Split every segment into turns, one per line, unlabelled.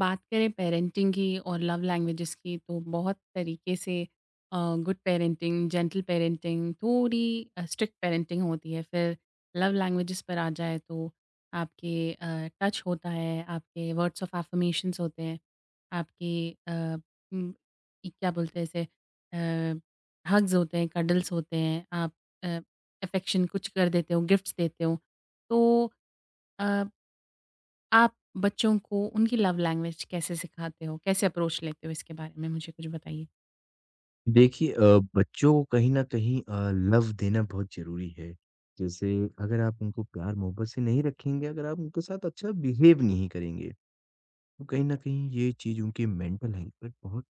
बात करें पेरेंटिंग की और लव लैंग्वेजेस की तो बहुत तरीके से गुड पेरेंटिंग, जेंटल पेरेंटिंग, थोड़ी स्ट्रिक्ट पेरेंटिंग होती है। फिर लव लैंग्वेजेस पर आ जाए तो आपके टच होता है, आपके वर्ड्स ऑफ एफर्मेशंस होते हैं, आपके म, ये क्या बोलते हैं इसे, हग्स होते हैं, कडल्स होते हैं, आप अफेक्शन कुछ कर देते हो, गिफ्ट्स देते हो। तो आप बच्चों को उनकी लव लैंग्वेज कैसे सिखाते हो? कैसे अप्रोच लेते हो, इसके बारे में मुझे कुछ बताइए?
देखिए बच्चों को कहीं न कहीं लव देना बहुत ज़रूरी है। जैसे अगर आप उनको प्यार-मोहब्बत से नहीं रखेंगे, अगर आप उनके साथ अच्छा बिहेव नहीं करेंगे, तो कहीं न कहीं ये चीज़ उनके मेंटल हेल्थ पर बहुत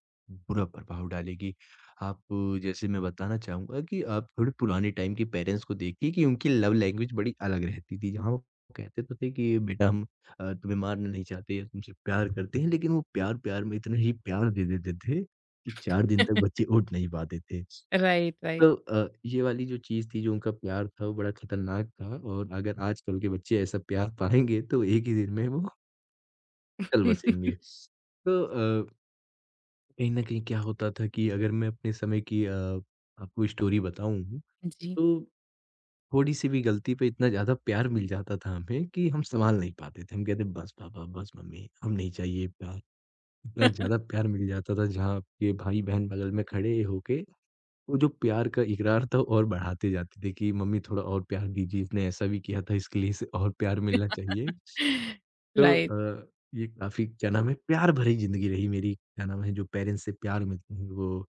बुरा प्रभाव डालेगी। आप जैसे मैं बताना चाहूँगा कि आप थोड़े पुराने टाइम के पेरेंट्स को देखिए कि उनकी लव लैंग्वेज बड़ी अलग रहती थी। जहाँ वो कहते तो थे कि बेटा हम तुम्हें मारना नहीं चाहते या तुमसे प्यार करते हैं, लेकिन वो प्यार-प्यार में इतना ही प्यार दे देते थे कि 4 दिन तक बच्चे उठ नहीं पाते थे।
Right, right.
तो ये वाली जो चीज़ थी, जो उनका प्यार था, वो बड़ा खतरनाक था और अगर आजकल के बच्चे ऐसा प्यार पाएँगे तो एक ही दिन में वो चल बसेंगे। तो कहीं न कहीं क्या होता था कि अगर मैं अपने समय की आपको स्टोरी बताऊँ,
जी।
तो थोड़ी-सी भी गलती पे इतना ज़्यादा प्यार मिल जाता था हमें कि हम सँभाल नहीं पाते थे। हम कहते बस पापा, बस मम्मी, अब नहीं चाहिए प्यार। इतना ज़्यादा प्यार मिल जाता था जहाँ आपके भाई-बहन बगल में खड़े होके वो जो प्यार का इकरार था और बढ़ाते जाते थे कि मम्मी थोड़ा और प्यार दीजिए, इसने ऐसा भी किया था इसके लिए इसे और प्यार मिलना चाहिए। तो
राइट।
अ, ये काफ़ी क्या नाम है प्यार भरी ज़िंदगी रही मेरी, क्या नाम है जो पेरेंट्स से प्यार मिलते हैं वो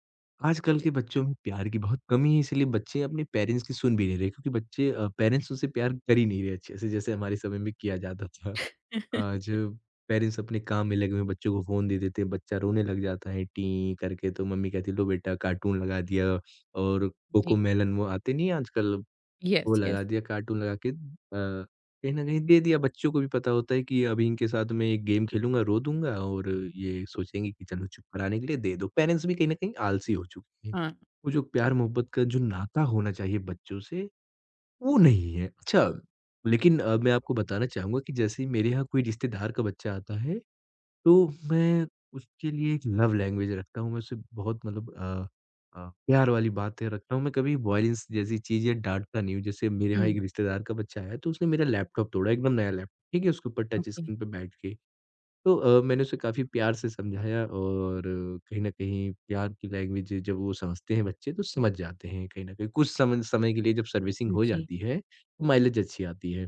आजकल के बच्चों में प्यार की बहुत कमी है इसलिए बच्चे अपने पेरेंट्स की सुन भी नहीं रहे क्योंकि बच्चे पेरेंट्स उनसे प्यार कर ही नहीं रहे अच्छे से जैसे हमारे समय में किया जाता था। आज पेरेंट्स अपने काम में लगे हुए हैं, बच्चों को फ़ोन दे देते हैं, बच्चा रोने लग जाता है टीं करके तो मम्मी कहती है लो बेटा कार्टून लगा दिया और
जी।
कोकोमेलन वो आते नहीं हैं आजकल वो
येस,
लगा
येस।
दिया कार्टून लगा के कहीं न कहीं दे दिया, बच्चों को भी पता होता है कि अभी इनके साथ मैं एक गेम खेलूँगा, रो दूँगा और ये सोचेंगे कि चलो चुप कराने के लिए दे दो। पेरेंट्स भी कहीं न कहीं आलसी हो चुके हैं।
हाँ।
वो जो प्यार मोहब्बत का जो नाता होना चाहिए बच्चों से, वो नहीं है। अच्छा, हुँ। लेकिन मैं आपको बताना चाहूँगा कि जैसे ही मेरे यहाँ कोई रिश्तेदार का बच्चा आता है तो मैं उसके लिए एक लव लैंग्वेज रखता हूँ, मैं उससे बहुत मतलब प्यार वाली बातें रखता हूँ, मैं कभी वॉयलेंस जैसी चीज़ें डाँटता नहीं हूँ। जैसे मेरे यहाँ
हुँ,
एक रिश्तेदार का बच्चा आया, तो उसने मेरा लैपटॉप तोड़ा, एकदम नया लैपटॉप, ठीक है? उसके ऊपर टच
ओके।
स्क्रीन पे बैठ के। तो मैंने उसे काफ़ी प्यार से समझाया और कहीं न कहीं प्यार की लैंग्वेज जब वो समझते हैं बच्चे तो समझ जाते हैं कहीं न कहीं। कुछ समन समय के लिए जब सर्विसिंग हो
जी,
जाती है, तो माइलेज अच्छी आती है।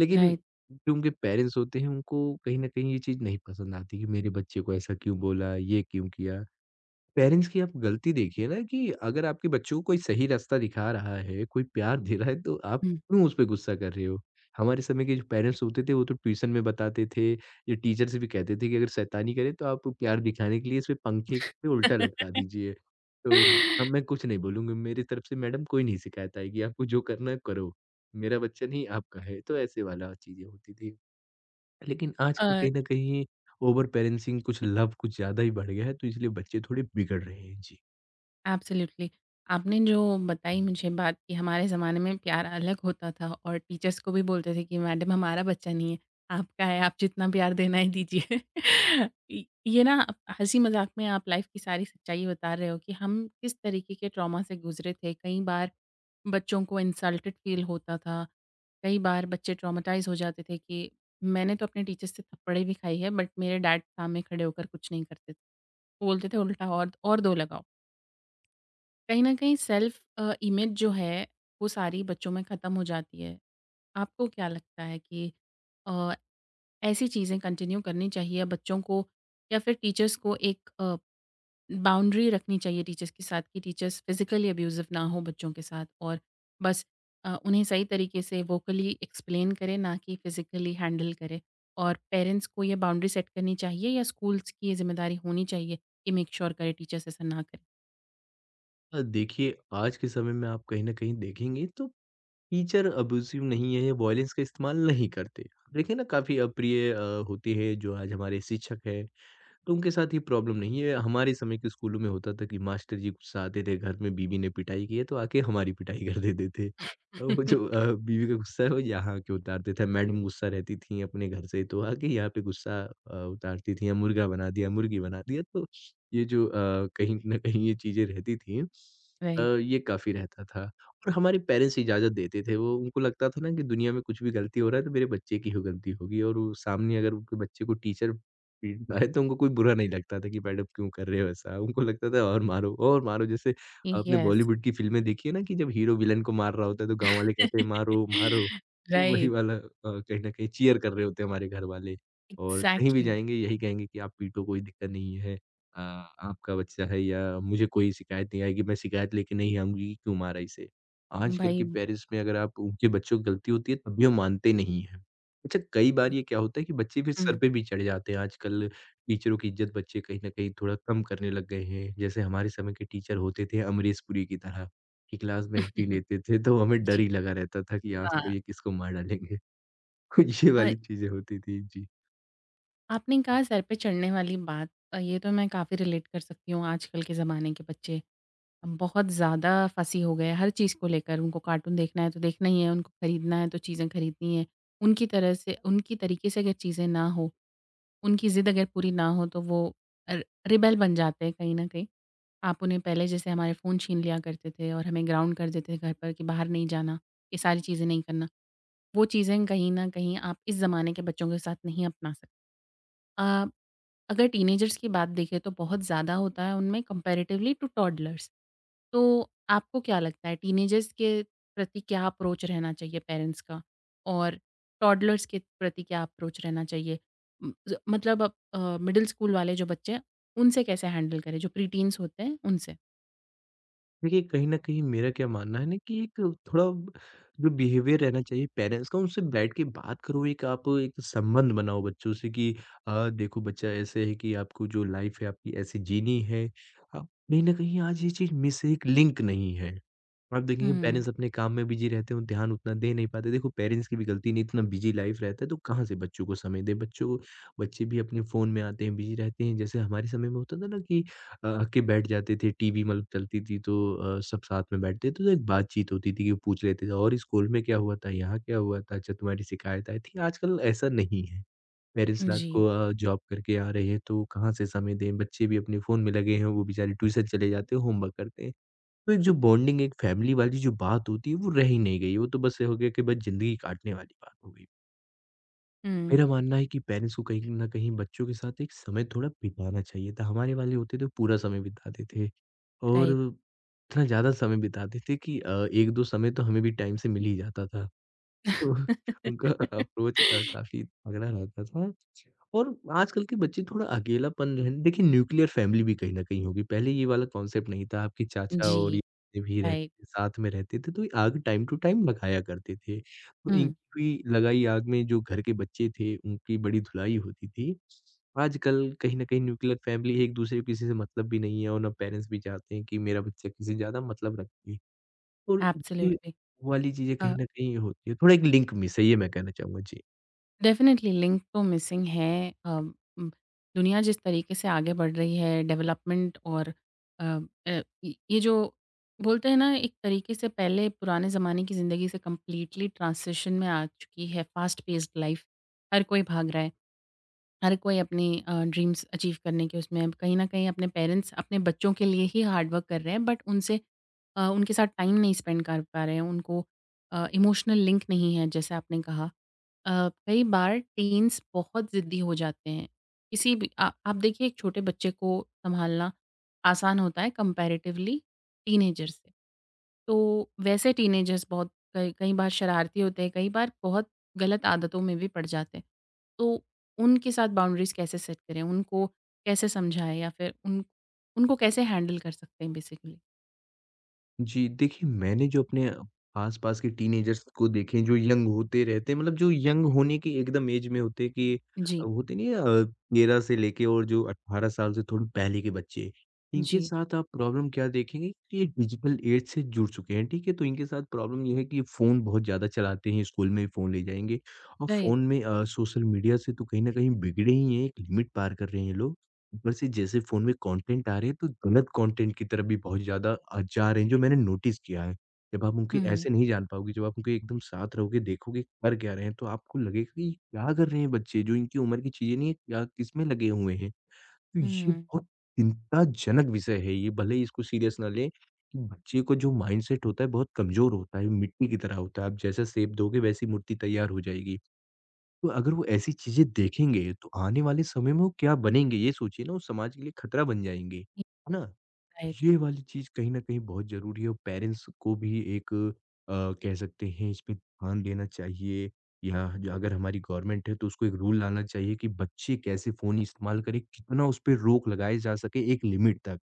लेकिन
राइट।
जो उनके पेरेंट्स होते हैं उनको कहीं न कहीं ये चीज़ नहीं पसंद आती कि मेरे बच्चे को ऐसा क्यों बोला, ये क्यों किया। पेरेंट्स की आप गलती देखिए ना कि अगर आपके बच्चों को कोई सही रास्ता दिखा रहा है, कोई प्यार दे रहा है तो आप क्यों उस पे गुस्सा कर रहे हो? हमारे समय के जो पेरेंट्स होते थे वो तो ट्यूशन में बताते थे, ये टीचर से भी कहते थे कि अगर शैतानी करे तो आप प्यार दिखाने के लिए इसपे पंखे पे उल्टा लटका
हुँ।
दीजिए। तो अब मैं कुछ नहीं बोलूँगा, मेरी तरफ से मैडम कोई नहीं शिकायत आएगी, आपको जो करना है करो। मेरा बच्चा नहीं आपका है, तो ऐसे वाला चीज़ें होती थी। लेकिन
अ
आजकल कहीं न कहीं ओवर पेरेंटिंग कुछ लव कुछ ज़्यादा ही बढ़ गया है, तो इसलिए बच्चे थोड़े बिगड़ रहे हैं। जी।
एब्सोल्युटली। आपने जो बताई मुझे बात कि हमारे ज़माने में प्यार अलग होता था और टीचर्स को भी बोलते थे कि मैडम हमारा बच्चा नहीं है, आपका है, आप जितना प्यार देना है दीजिए। इ ये ना हँसी मज़ाक में आप लाइफ़ की सारी सच्चाई बता रहे हो कि हम किस तरीके के ट्रॉमा से गुज़रे थे। कई बार बच्चों को इंसल्टेड फ़ील होता था, कई बार बच्चे ट्रॉमाटाइज़ हो जाते थे कि मैंने तो अपने टीचर से थप्पड़े भी खाई है, बट मेरे डैड सामने खड़े होकर कुछ नहीं करते थे। बोलते थे उल्टा और दो लगाओ। कहीं न कहीं सेल्फ इमेज जो है, वो सारी बच्चों में ख़त्म हो जाती है। आपको क्या लगता है कि अ, ऐसी चीज़ें कंटिन्यू करनी चाहिए बच्चों को, या फिर टीचर्स को एक बाउंड्री रखनी चाहिए टीचर्स के साथ कि टीचर्स फ़िज़िकली अब्यूज़िव ना हो बच्चों के साथ, और बस उन्हें सही तरीके से वोकली एक्सप्लेन करें, ना कि फ़िज़िकली हैंडल करें? और पेरेंट्स को ये बाउंड्री सेट करनी चाहिए, या स्कूल्स की ये ज़िम्मेदारी होनी चाहिए कि मेक श्योर करें टीचर्स ऐसा ना करें?
देखिए आज के समय में आप कहीं न कहीं देखेंगे तो टीचर अब्यूसिव नहीं है, वॉयलेंस का इस्तेमाल नहीं करते। देखिए ना काफ़ी अप्रिय होती है जो आज हमारे शिक्षक हैं तो उनके साथ ये प्रॉब्लम नहीं है। हमारे समय के स्कूलों में होता था कि मास्टर जी गुस्सा आते थे, घर में बीवी ने पिटाई की है तो आके हमारी पिटाई कर देते थे। और वो जो बीवी का गुस्सा है वो यहाँ के उतारते थे। मैडम गुस्सा रहती थीं अपने घर से तो आके यहाँ पे गुस्सा उतारती थीं या मुर्गा बना दिया, मुर्गी बना दिया। तो ये जो कहीं न कहीं ये चीज़ें रहती थीं
राइट,
ये काफ़ी रहता था। और हमारे पेरेंट्स इजाज़त देते थे। वो उनको लगता था ना कि दुनिया में कुछ भी गलती हो रहा है तो मेरे बच्चे की ही गलती होगी और वो सामने अगर उनके बच्चे को टीचर पीट पाए तो उनको कोई बुरा नहीं लगता था कि मैडम क्यों कर रहे हो ऐसा? उनको लगता था और मारो जैसे आपने
येस।
बॉलीवुड की फ़िल्में देखी है ना कि जब हीरो विलेन को मार रहा होता है तो गाँव वाले कहते हैं मारो, मारो। तो वही
राइट,
वाला अ, कहीं न कहीं चीयर कर रहे होते हैं हमारे घर वाले और कहीं भी
एग्ज़ैक्टली।
जाएँगे यही कहेंगे कि आप पीटो कोई दिक्कत नहीं है। आपका बच्चा है या मुझे कोई शिकायत नहीं आएगी, मैं शिकायत लेके नहीं आऊँगी कि क्यों मारा इसे। आजकल
भाई।
के पेरेंट्स में अगर आप उनके बच्चों की गलती होती है तब भी वो मानते नहीं हैं। अच्छा, कई बार ये क्या होता है कि बच्चे फिर सर
हुँ।
पे भी चढ़ जाते हैं। आजकल टीचरों की इज़्ज़त बच्चे कहीं न कहीं थोड़ा कम करने लग गए हैं। जैसे हमारे समय के टीचर होते थे अमरीश पुरी की तरह, कि क्लास में एंट्री लेते थे तो हमें डर
जी,
ही लगा रहता था कि आज तो
हाँ।
ये किसको मार डालेंगे। तो ये
अ,
वाली चीज़ें होती थी। जी।
आपने कहा सर पे चढ़ने वाली बात। ये तो मैं काफ़ी रिलेट कर सकती हूँ, आजकल के ज़माने के बच्चे बहुत ज़्यादा फसी हो गए हैं हर चीज़ को लेकर। उनको कार्टून देखना है तो देखना ही है, उनको खरीदना है तो चीज़ें खरीदनी है। उनकी तरह से, उनकी तरीके से अगर चीज़ें ना हो, उनकी ज़िद अगर पूरी ना हो तो वो अ, रिबेल बन जाते हैं कहीं न कहीं। आप उन्हें पहले जैसे हमारे फ़ोन छीन लिया करते थे और हमें ग्राउंड कर देते थे घर पर कि बाहर नहीं जाना, ये सारी चीज़ें नहीं करना। वो चीज़ें कहीं न कहीं आप इस ज़माने के बच्चों के साथ नहीं अपना सकते। अ, अगर टीनेजर्स की बात देखें तो बहुत ज़्यादा होता है उनमें कंपैरेटिवली टू टॉडलर्स। तो आपको क्या लगता है टीनेजर्स के प्रति क्या अप्रोच रहना चाहिए पेरेंट्स का? और टॉडलर्स के प्रति क्या अप्रोच रहना चाहिए? ज मतलब अब मिडल स्कूल वाले जो बच्चे हैं, उनसे कैसे हैंडल करें? जो प्रीटीन्स होते हैं, उनसे।
देखिए, कहीं न कहीं मेरा क्या मानना है ना कि एक थोड़ा जो बिहेवियर रहना चाहिए पेरेंट्स का, उनसे बैठ के बात करो, एक आप एक संबंध बनाओ बच्चों से कि देखो बच्चा ऐसे है कि आपको जो लाइफ़ है आपकी ऐसे जीनी है। आप कहीं न कहीं आज ये चीज़ मिस है, एक लिंक नहीं है। आप देखेंगे
हुँ,
पेरेंट्स अपने काम में बिज़ी रहते हैं, ध्यान उतना दे नहीं पाते। देखो पेरेंट्स की भी गलती नहीं, इतना बिज़ी लाइफ़ रहता है तो कहाँ से बच्चों को समय दें। बच्चों को बच्चे भी अपने फ़ोन में आते हैं, बिज़ी रहते हैं। जैसे हमारे समय में होता था ना कि आके बैठ जाते थे, टीवी मतलब चलती थी तो सब साथ में बैठते थे तो एक बातचीत होती थी कि वो पूछ लेते थे और स्कूल में क्या हुआ था, यहाँ क्या हुआ था, अच्छा तुम्हारी शिकायत आई थी। आजकल ऐसा नहीं है। पेरेंट्स रात
जी।
को जॉब करके आ रहे हैं तो कहाँ से समय दें। बच्चे भी अपने फ़ोन में लगे हैं, वो बेचारे ट्यूशन चले जाते हैं, होमवर्क करते हैं। तो एक जो बॉन्डिंग एक फैमिली वाली जो बात होती है वो रह ही नहीं गई। वो तो बस ये हो गया कि बस ज़िंदगी काटने वाली बात हो गई।
हुँ,
मेरा मानना है कि पेरेंट्स को कहीं न कहीं बच्चों के साथ एक समय थोड़ा बिताना चाहिए था। हमारे वाले होते तो पूरा समय बिताते थे और
राइट।
इतना ज़्यादा समय बिताते थे कि 1-2 समय तो हमें भी टाइम से मिल ही जाता था। तो उनका अप्रोच काफ़ी तगड़ा रहता था और आजकल के बच्चे थोड़ा अकेलापन जो है ना देखिए न्यूक्लियर फैमिली भी कहीं न कहीं होगी, पहले ये वाला कॉन्सेप्ट नहीं था, आपके चाचा और ये
जी,
जितने भी रहते
राइट।
थे, साथ में रहते थे, तो ये आग टाइम टू टाइम लगाया करते थे। तो इनकी
हुँ,
हुई लगाई आग में जो घर के बच्चे थे, उनकी बड़ी धुलाई होती थी। आजकल कहीं न कहीं न्यूक्लियर फैमिली एक-दूसरे को किसी से मतलब भी नहीं है और ना पेरेंट्स भी चाहते हैं कि मेरा बच्चा किसी से ज़्यादा मतलब रखे और ये
एब्सोल्युटली।
वाली चीज़ें कहीं
अ,
न कहीं होती है, थोड़ा एक लिंक मिस है, ये मैं कहना चाहूँगा। जी।
डेफ़िनिटली लिंक तो मिसिंग है। दुनिया जिस तरीके से आगे बढ़ रही है, डेवलपमेंट और अ इ ये जो बोलते हैं ना, एक तरीके से पहले पुराने ज़माने की ज़िंदगी से कंप्लीटली ट्रांज़िशन में आ चुकी है। फ़ास्ट पेस्ड लाइफ़, हर कोई भाग रहा है। हर कोई अपनी ड्रीम्स अचीव करने के उसमें कहीं न कहीं, अपने पेरेंट्स अपने बच्चों के लिए ही हार्ड वर्क कर रहे हैं, बट उनसे उनके साथ टाइम नहीं स्पेंड कर पा रहे हैं, उनको इमोशनल लिंक नहीं है जैसे आपने कहा। कई बार टीन्स बहुत ज़िद्दी हो जाते हैं। किसी भी आ आप देखिए एक छोटे बच्चे को सँभालना आसान होता है कंपैरेटिवली टीनेजर से। तो वैसे टीनेजर्स बहुत कई कई बार शरारती होते हैं, कई बार बहुत गलत आदतों में भी पड़ जाते हैं। तो उनके साथ बाउंड्रीज़ कैसे सेट करें? उनको कैसे समझाएँ, या फिर उन उनको कैसे हैंडल कर सकते हैं बेसिकली?
जी, देखिए मैंने जो अपने आस-पास के टीनेजर्स को देखे हैं, जो यंग होते रहते हैं मतलब जो यंग होने की एकदम एज में होते हैं कि
जी,
होते नहीं है 13 से लेके और जो 18 साल से थोड़े पहले के बच्चे, इनके
जी,
साथ आप प्रॉब्लम क्या देखेंगे कि ये डिजिटल एज से जुड़ चुके हैं, ठीक है? तो इनके साथ प्रॉब्लम ये है कि ये फ़ोन बहुत ज़्यादा चलाते हैं, स्कूल में भी फ़ोन ले जाएँगे और
राइट।
फ़ोन में सोशल मीडिया से तो कहीं न कहीं बिगड़े ही हैं, एक लिमिट पार कर रहे हैं ये लोग। ऊपर से जैसे फ़ोन में कंटेंट आ रहे हैं, तो गलत कंटेंट की तरफ भी बहुत ज़्यादा जा रहे हैं, जो मैंने नोटिस किया है। जब आप उनके
हुँ,
ऐसे नहीं जान पाओगे, जब आप उनके एकदम साथ रहोगे, देखोगे कर क्या रहे हैं, तो आपको लगेगा कि ये क्या कर रहे हैं बच्चे, जो इनकी उम्र की चीज़ें नहीं है, क्या किसमें लगे हुए हैं। तो ये
हुँ,
बहुत चिंताजनक विषय है ये, भले ही इसको सीरियस ना लें, कि बच्चे को जो माइंडसेट होता है, बहुत कमज़ोर होता है, मिट्टी की तरह होता है। आप जैसा शेप दोगे, वैसी मूर्ति तैयार हो जाएगी। तो अगर वो ऐसी चीज़ें देखेंगे, तो आने वाले समय में वो क्या बनेंगे? ये सोचिए ना, वो समाज के लिए खतरा बन जाएँगे, है ना?
राइट।
ये वाली चीज़ कहीं न कहीं बहुत ज़रूरी है और पेरेंट्स को भी एक अ, कह सकते हैं इसमें ध्यान देना चाहिए या ज अगर हमारी गवर्नमेंट है, तो उसको एक रूल लाना चाहिए कि बच्चे कैसे फ़ोन इस्तेमाल करें, कितना उस पे रोक लगाई जा सके एक लिमिट तक।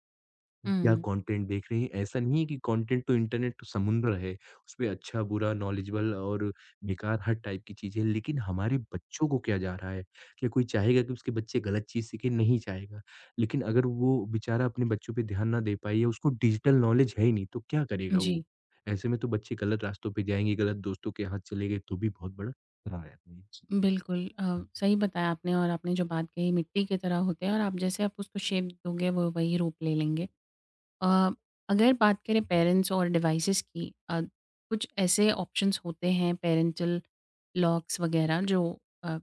क्या
हुँ,
कंटेंट देख रहे हैं, ऐसा नहीं है कि कंटेंट तो इंटरनेट तो समुद्र है, उसपे अच्छा, बुरा, नॉलेजेबल और बेकार हर टाइप की चीज़ें हैं, लेकिन हमारे बच्चों को क्या जा रहा है? क्या कोई चाहेगा कि उसके बच्चे गलत चीज़ सीखें? नहीं चाहेगा, लेकिन अगर वो बेचारा अपने बच्चों पे ध्यान ना दे पाए या उसको डिजिटल नॉलेज है ही नहीं, तो क्या करेगा वो?
जी,
ऐसे में तो बच्चे गलत रास्तों पे जाएँगे, गलत दोस्तों के हाथ चले गए, तो भी बहुत बड़ा खतरा है।
बिल्कुल सही बताया आपने। और आपने जो बात कही मिट्टी की तरह होते हैं और आप जैसे आप उसको शेप दोगे वो वही रूप ले लेंगे। अ, अगर बात करें पेरेंट्स और डिवाइसेस की, कुछ ऐसे ऑप्शंस होते हैं पेरेंटल लॉक्स वगैरह, जो अ,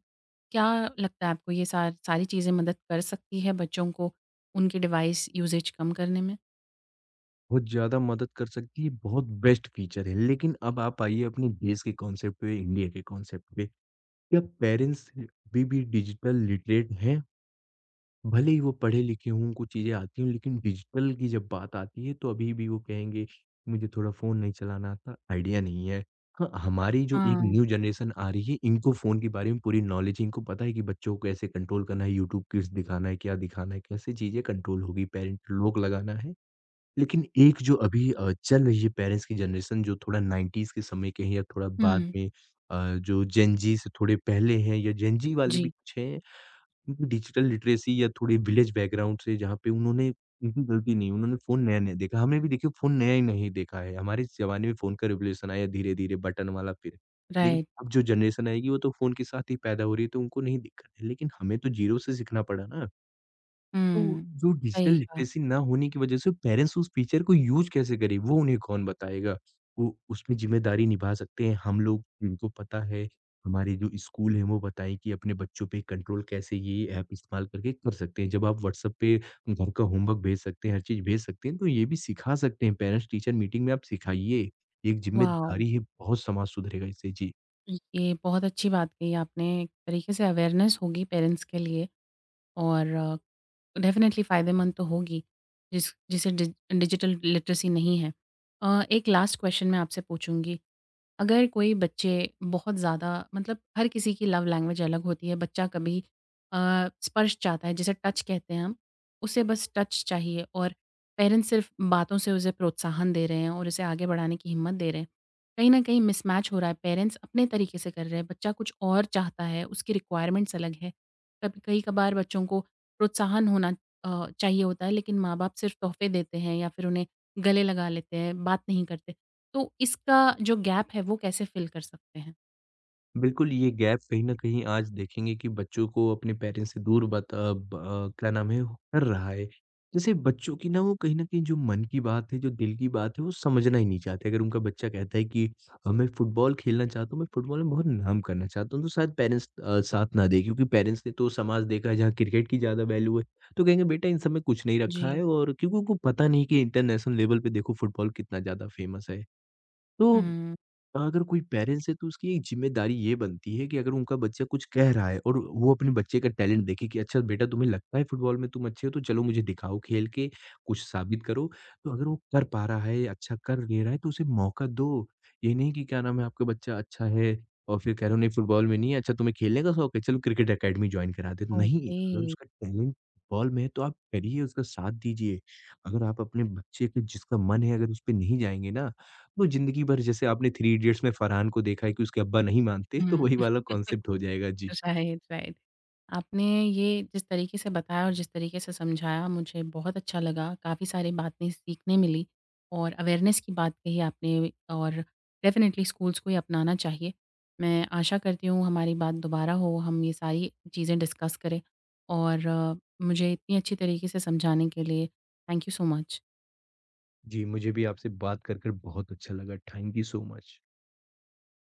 क्या लगता है आपको, ये सारी चीज़ें मदद कर सकती है बच्चों को उनके डिवाइस यूज़ेज कम करने में?
बहुत ज़्यादा मदद कर सकती है, बहुत बेस्ट फीचर है, लेकिन अब आप आइए अपने देश के कॉन्सेप्ट पे, इंडिया के कॉन्सेप्ट पे। क्या पेरेंट्स भी डिजिटल लिटरेट हैं? भले ही वो पढ़े-लिखे हों, उनको चीज़ें आती हों, लेकिन डिजिटल की जब बात आती है तो अभी भी वो कहेंगे, "मुझे थोड़ा फ़ोन नहीं चलाना आता, आइडिया नहीं है।" हाँ, हमारी जो एक
हाँ,
न्यू जनरेशन आ रही है, इनको फ़ोन के बारे में पूरी नॉलेज है, इनको पता है कि बच्चों को कैसे कंट्रोल करना है, यूट्यूब किड्स दिखाना है, क्या दिखाना है, कैसे चीज़ें कंट्रोल होगी, पेरेंट रोक लगाना है। लेकिन एक जो अभी चल रही है पेरेंट्स की जनरेशन जो थोड़ा 90s के समय के हैं या थोड़ा बाद
हुँ।
में जो जेन जी से थोड़े पहले हैं या जेन जी वाले भी
जी,
कुछ हैं, उनकी डिजिटल लिटरेसी या थोड़े विलेज बैकग्राउंड से जहाँ पे उन्होंने उनकी गलती नहीं, उन्होंने फ़ोन नया-नया देखा। हमने भी देखिए फ़ोन नया ही नहीं देखा है, हमारे ज़माने में फ़ोन का रिवोल्यूशन आया धीरे-धीरे बटन वाला फिर। लेकिन
राइट।
अब जो जनरेशन आएगी वो तो फ़ोन के साथ ही पैदा हो रही है तो उनको नहीं दिक्कत है, लेकिन हमें तो जीरो से सीखना पड़ा ना। तो
हुँ,
जो डिजिटल
सही कहा।
लिटरेसी ना होने की वजह से पेरेंट्स उस फीचर को यूज़ कैसे करें, वो उन्हें कौन बताएगा? वो उसमें ज़िम्मेदारी निभा सकते हैं हम लोग, जिनको पता है, हमारे जो स्कूल हैं वो बताएँ कि अपने बच्चों पे कंट्रोल कैसे ये ऐप इस्तेमाल करके कर सकते हैं। जब आप व्हाट्सएप पे घर का होमवर्क भेज सकते हैं, हर चीज़ भेज सकते हैं, तो ये भी सिखा सकते हैं। पेरेंट्स टीचर मीटिंग में आप सिखाइए, ये एक
वॉव!
ज़िम्मेदारी है, बहुत समाज सुधरेगा इससे। जी।
ये बहुत अच्छी बात कही आपने। एक तरीके से अवेयरनेस होगी पेरेंट्स के लिए, और डेफ़िनेटली फ़ायदेमंद तो होगी, जिसे डिजिटल लिटरेसी नहीं है। एक लास्ट क्वेश्चन मैं आपसे पूछूँगी। अगर कोई बच्चे बहुत ज़्यादा, मतलब हर किसी की लव लैंग्वेज अलग होती है। बच्चा कभी अ, स्पर्श चाहता है, जिसे टच कहते हैं हम, उसे बस टच चाहिए, और पेरेंट्स सिर्फ बातों से उसे प्रोत्साहन दे रहे हैं और उसे आगे बढ़ाने की हिम्मत दे रहे हैं। कहीं न कहीं मिसमैच हो रहा है, पेरेंट्स अपने तरीके से कर रहे हैं, बच्चा कुछ और चाहता है, उसकी रिक्वायरमेंट्स अलग है। कभी कई-कभार बच्चों को प्रोत्साहन होना चाहिए होता है, लेकिन माँ-बाप सिर्फ तोहफ़े देते हैं या फिर उन्हें गले लगा लेते हैं, बात नहीं करते। तो इसका जो गैप है वो कैसे फ़िल कर सकते हैं?
बिल्कुल, ये गैप कहीं न कहीं आज देखेंगे कि बच्चों को अपने पेरेंट्स से दूर बत अ, ब अ, क्या नाम है, कर रहा है। जैसे बच्चों की ना वो कहीं न कहीं जो मन की बात है, जो दिल की बात है, वो समझना ही नहीं चाहते। अगर उनका बच्चा कहता है कि मैं फुटबॉल खेलना चाहता हूँ, मैं फुटबॉल में बहुत नाम करना चाहता हूँ, तो शायद पेरेंट्स साथ ना दें क्योंकि पेरेंट्स ने तो समाज देखा है जहाँ क्रिकेट की ज़्यादा वैल्यू है। तो कहेंगे बेटा इन सब में कुछ नहीं रखा
जी।
है और क्योंकि उनको पता नहीं कि इंटरनेशनल लेवल पे देखो फुटबॉल कितना ज़्यादा फ़ेमस है। तो
हुँ,
अगर कोई पेरेंट्स है तो उसकी एक ज़िम्मेदारी ये बनती है कि अगर उनका बच्चा कुछ कह रहा है और वो अपने बच्चे का टैलेंट देखे कि अच्छा बेटा तुम्हें लगता है फुटबॉल में तुम अच्छे हो तो चलो मुझे दिखाओ खेल के कुछ साबित करो। तो अगर वो कर पा रहा है, अच्छा कर ले रहा है तो उसे मौका दो। ये नहीं कि क्या नाम है आपका बच्चा अच्छा है और फिर कह रहे हो नहीं फुटबॉल में नहीं है, अच्छा तुम्हें खेलने का शौक है चलो क्रिकेट अकेडमी जॉइन करा देते हैं। नहीं,
ओके।
अगर उसका टैलेंट फुटबॉल में है तो आप करिए, उसका साथ दीजिए। अगर आप अपने बच्चे के जिसका मन है अगर उस पे नहीं जाएँगे ना तो ज़िंदगी भर जैसे आपने थ्री इडियट्स में फरहान को देखा है कि उसके अब्बा नहीं मानते, तो
हुँ,
वही वाला कॉन्सेप्ट हो जाएगा। जी।
Right, right. आपने ये जिस तरीके से बताया और जिस तरीके से समझाया, मुझे बहुत अच्छा लगा, काफ़ी सारी बातें सीखने मिली। और अवेयरनेस की बात कही आपने, और डेफ़िनेटली स्कूल्स को ये अपनाना चाहिए। मैं आशा करती हूँ हमारी बात दोबारा हो, हम ये सारी चीज़ें डिस्कस करें, और मुझे इतनी अच्छी तरीके से समझाने के लिए थैंक यू सो मच।
जी, मुझे भी आपसे बात कर बहुत अच्छा लगा। Thank you so much.